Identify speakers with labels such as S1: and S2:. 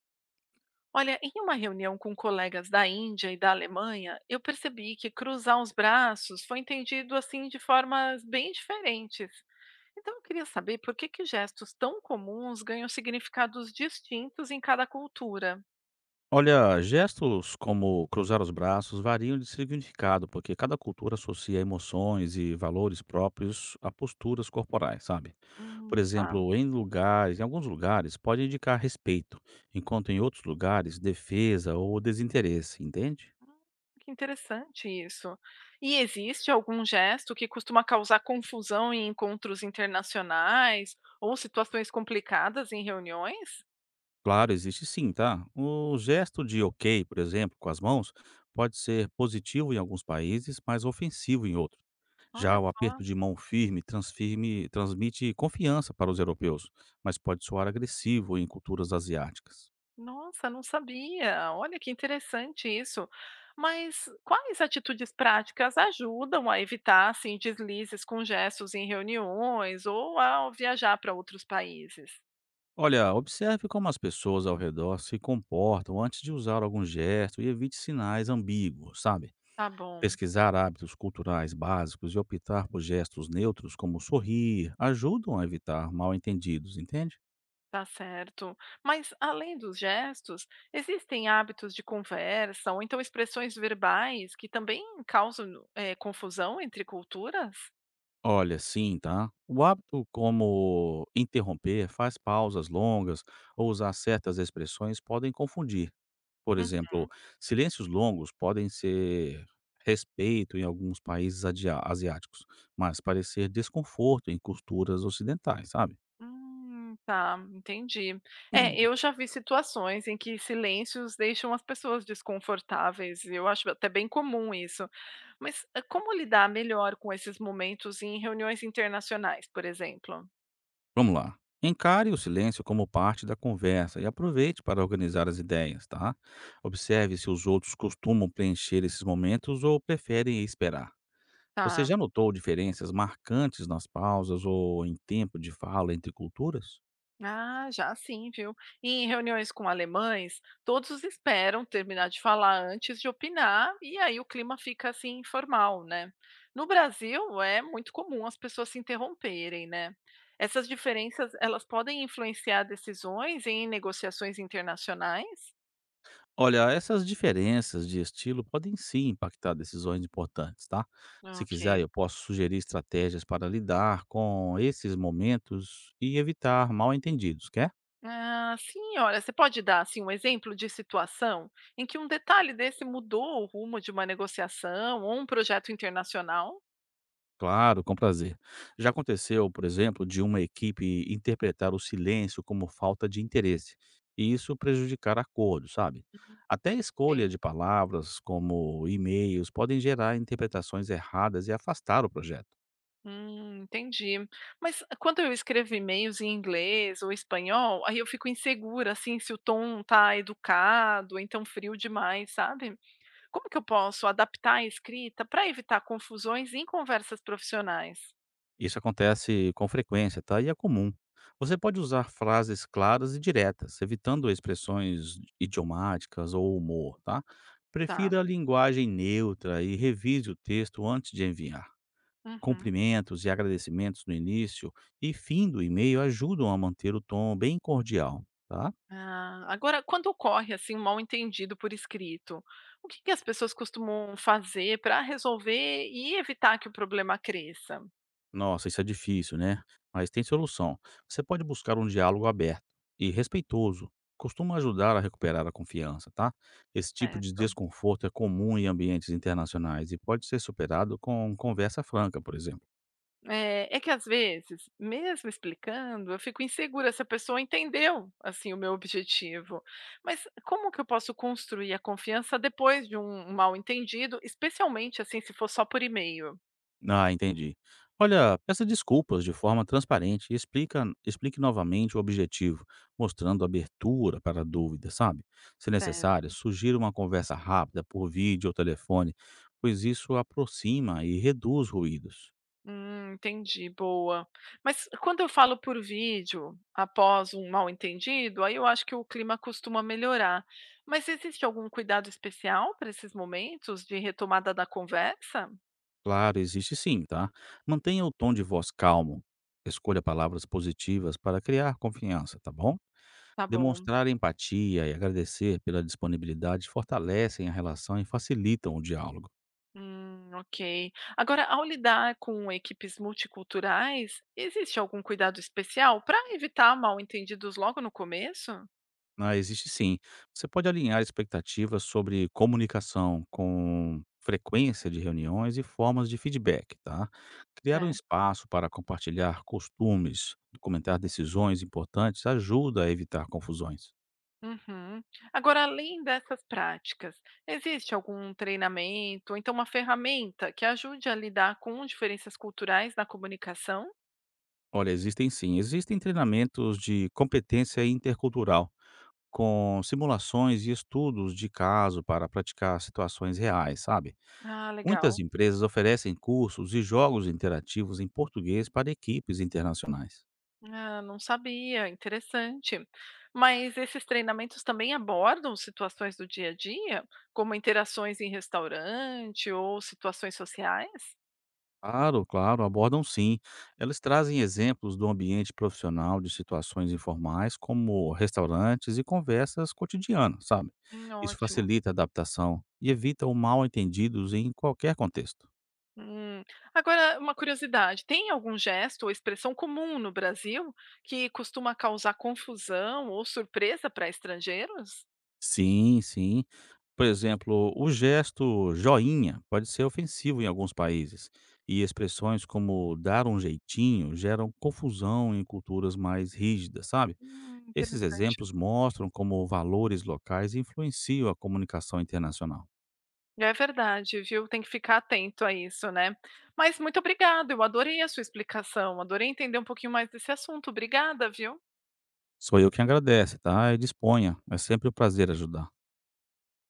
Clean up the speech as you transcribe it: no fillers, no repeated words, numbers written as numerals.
S1: Olha, em uma reunião com colegas da Índia e da Alemanha, eu percebi que cruzar os braços foi entendido assim de formas bem diferentes. Então eu queria saber por que que gestos tão comuns ganham significados distintos em cada cultura.
S2: Olha, gestos como cruzar os braços variam de significado, porque cada cultura associa emoções e valores próprios a posturas corporais, sabe? Por
S1: Tá.
S2: exemplo, em alguns lugares pode indicar respeito, enquanto em outros lugares defesa ou desinteresse, entende?
S1: Que interessante isso. E existe algum gesto que costuma causar confusão em encontros internacionais ou situações complicadas em reuniões?
S2: Claro, existe sim, tá? O gesto de ok, por exemplo, com as mãos, pode ser positivo em alguns países, mas ofensivo em outros. Já
S1: Olha
S2: o
S1: só.
S2: aperto de mão firme transmite confiança para os europeus, mas pode soar agressivo em culturas asiáticas.
S1: Nossa, não sabia. Olha que interessante isso. Mas quais atitudes práticas ajudam a evitar assim deslizes com gestos em reuniões ou ao viajar para outros países?
S2: Olha, observe como as pessoas ao redor se comportam antes de usar algum gesto e evite sinais ambíguos, sabe?
S1: Tá bom,
S2: Pesquisar hábitos culturais básicos e optar por gestos neutros, como sorrir, ajudam a evitar mal-entendidos, entende?
S1: tá certo. Mas além dos gestos, existem hábitos de conversa ou então expressões verbais que também causam confusão entre culturas?
S2: Olha, sim, tá? O hábito como interromper, faz pausas longas ou usar certas expressões podem confundir. Por exemplo, silêncios longos podem ser respeito em alguns países asiáticos, mas parecer desconforto em culturas ocidentais, sabe?
S1: Tá, entendi. É, eu já vi situações em que silêncios deixam as pessoas desconfortáveis, e eu acho até bem comum isso. Mas como lidar melhor com esses momentos em reuniões internacionais, por exemplo?
S2: Vamos lá. Encare o silêncio como parte da conversa e aproveite para organizar as ideias, tá? Observe se os outros costumam preencher esses momentos ou preferem esperar. Você
S1: Tá.
S2: já notou diferenças marcantes nas pausas ou em tempo de fala entre culturas?
S1: Ah, já sim, viu? E em reuniões com alemães, todos esperam terminar de falar antes de opinar, e aí o clima fica assim informal, né? No Brasil, é muito comum as pessoas se interromperem, né? Essas diferenças, elas podem influenciar decisões em negociações internacionais?
S2: Olha, essas diferenças de estilo podem sim impactar decisões importantes, tá? Se quiser,
S1: Ok.
S2: eu posso sugerir estratégias para lidar com esses momentos e evitar mal-entendidos, quer?
S1: Ah, sim, olha, você pode dar assim um exemplo de situação em que um detalhe desse mudou o rumo de uma negociação ou um projeto internacional?
S2: Claro, com prazer. Já aconteceu, por exemplo, de uma equipe interpretar o silêncio como falta de interesse e isso prejudicar acordos, sabe? Até a escolha
S1: Ok.
S2: de palavras como e-mails podem gerar interpretações erradas e afastar o projeto.
S1: Entendi. Mas quando eu escrevo e-mails em inglês ou espanhol, aí eu fico insegura, assim, se o tom tá educado, ou então frio demais, sabe? Como que eu posso adaptar a escrita para evitar confusões em conversas profissionais?
S2: Isso acontece com frequência, tá? E é comum. Você pode usar frases claras e diretas, evitando expressões idiomáticas ou humor, tá?
S1: Tá.
S2: Prefira a linguagem neutra e revise o texto antes de enviar.
S1: Uhum.
S2: Cumprimentos e agradecimentos no início e fim do e-mail ajudam a manter o tom bem cordial, tá?
S1: Ah, agora, quando ocorre assim um mal-entendido por escrito, o que que as pessoas costumam fazer para resolver e evitar que o problema cresça?
S2: Nossa, isso é difícil, né? Mas tem solução. Você pode buscar um diálogo aberto e respeitoso. Costuma ajudar a recuperar a confiança, tá? Esse tipo de desconforto é comum em ambientes internacionais e pode ser superado com conversa franca, por exemplo.
S1: É, é que às vezes, mesmo explicando, eu fico insegura se a pessoa entendeu, assim, o meu objetivo. Mas como que eu posso construir a confiança depois de um mal-entendido, especialmente, assim, se for só por e-mail?
S2: Ah, entendi. Olha, peça desculpas de forma transparente e explique novamente o objetivo, mostrando abertura para dúvidas, sabe? Se
S1: Certo.
S2: necessário, sugira uma conversa rápida por vídeo ou telefone, pois isso aproxima e reduz ruídos.
S1: Entendi, boa. Mas quando eu falo por vídeo, após um mal-entendido, aí eu acho que o clima costuma melhorar. Mas existe algum cuidado especial para esses momentos de retomada da conversa?
S2: Claro, existe sim, tá? Mantenha o tom de voz calmo. Escolha palavras positivas para criar confiança, tá bom?
S1: Tá bom.
S2: Demonstrar empatia e agradecer pela disponibilidade fortalecem a relação e facilitam o diálogo.
S1: Ok. Agora, ao lidar com equipes multiculturais, existe algum cuidado especial para evitar mal-entendidos logo no começo?
S2: Ah, existe sim. Você pode alinhar expectativas sobre comunicação com frequência de reuniões e formas de feedback, tá? Criar um
S1: Certo.
S2: espaço para compartilhar costumes, documentar decisões importantes ajuda a evitar confusões.
S1: Uhum. Agora, além dessas práticas, existe algum treinamento, ou então uma ferramenta que ajude a lidar com diferenças culturais na comunicação?
S2: Olha, existem sim, existem treinamentos de competência intercultural com simulações e estudos de caso para praticar situações reais, sabe?
S1: Ah,
S2: Muitas
S1: legal.
S2: empresas oferecem cursos e jogos interativos em português para equipes internacionais.
S1: Ah, não sabia, interessante. Mas esses treinamentos também abordam situações do dia a dia, como interações em restaurante ou situações sociais?
S2: Claro, claro, abordam sim. Elas trazem exemplos do ambiente profissional de situações informais, como restaurantes e conversas cotidianas, sabe? Isso
S1: Ótimo.
S2: facilita a adaptação e evita o mal-entendidos em qualquer contexto.
S1: Hum. Agora, uma curiosidade: tem algum gesto ou expressão comum no Brasil que costuma causar confusão ou surpresa para estrangeiros?
S2: Sim, sim. Por exemplo, o gesto joinha pode ser ofensivo em alguns países, e expressões como dar um jeitinho geram confusão em culturas mais rígidas, sabe? Esses
S1: Interessante.
S2: exemplos mostram como valores locais influenciam a comunicação internacional.
S1: É verdade, viu? Tem que ficar atento a isso, né? Mas muito obrigado, eu adorei a sua explicação, adorei entender um pouquinho mais desse assunto. Obrigada, viu?
S2: Sou eu quem agradece, tá? E disponha. É sempre um prazer ajudar.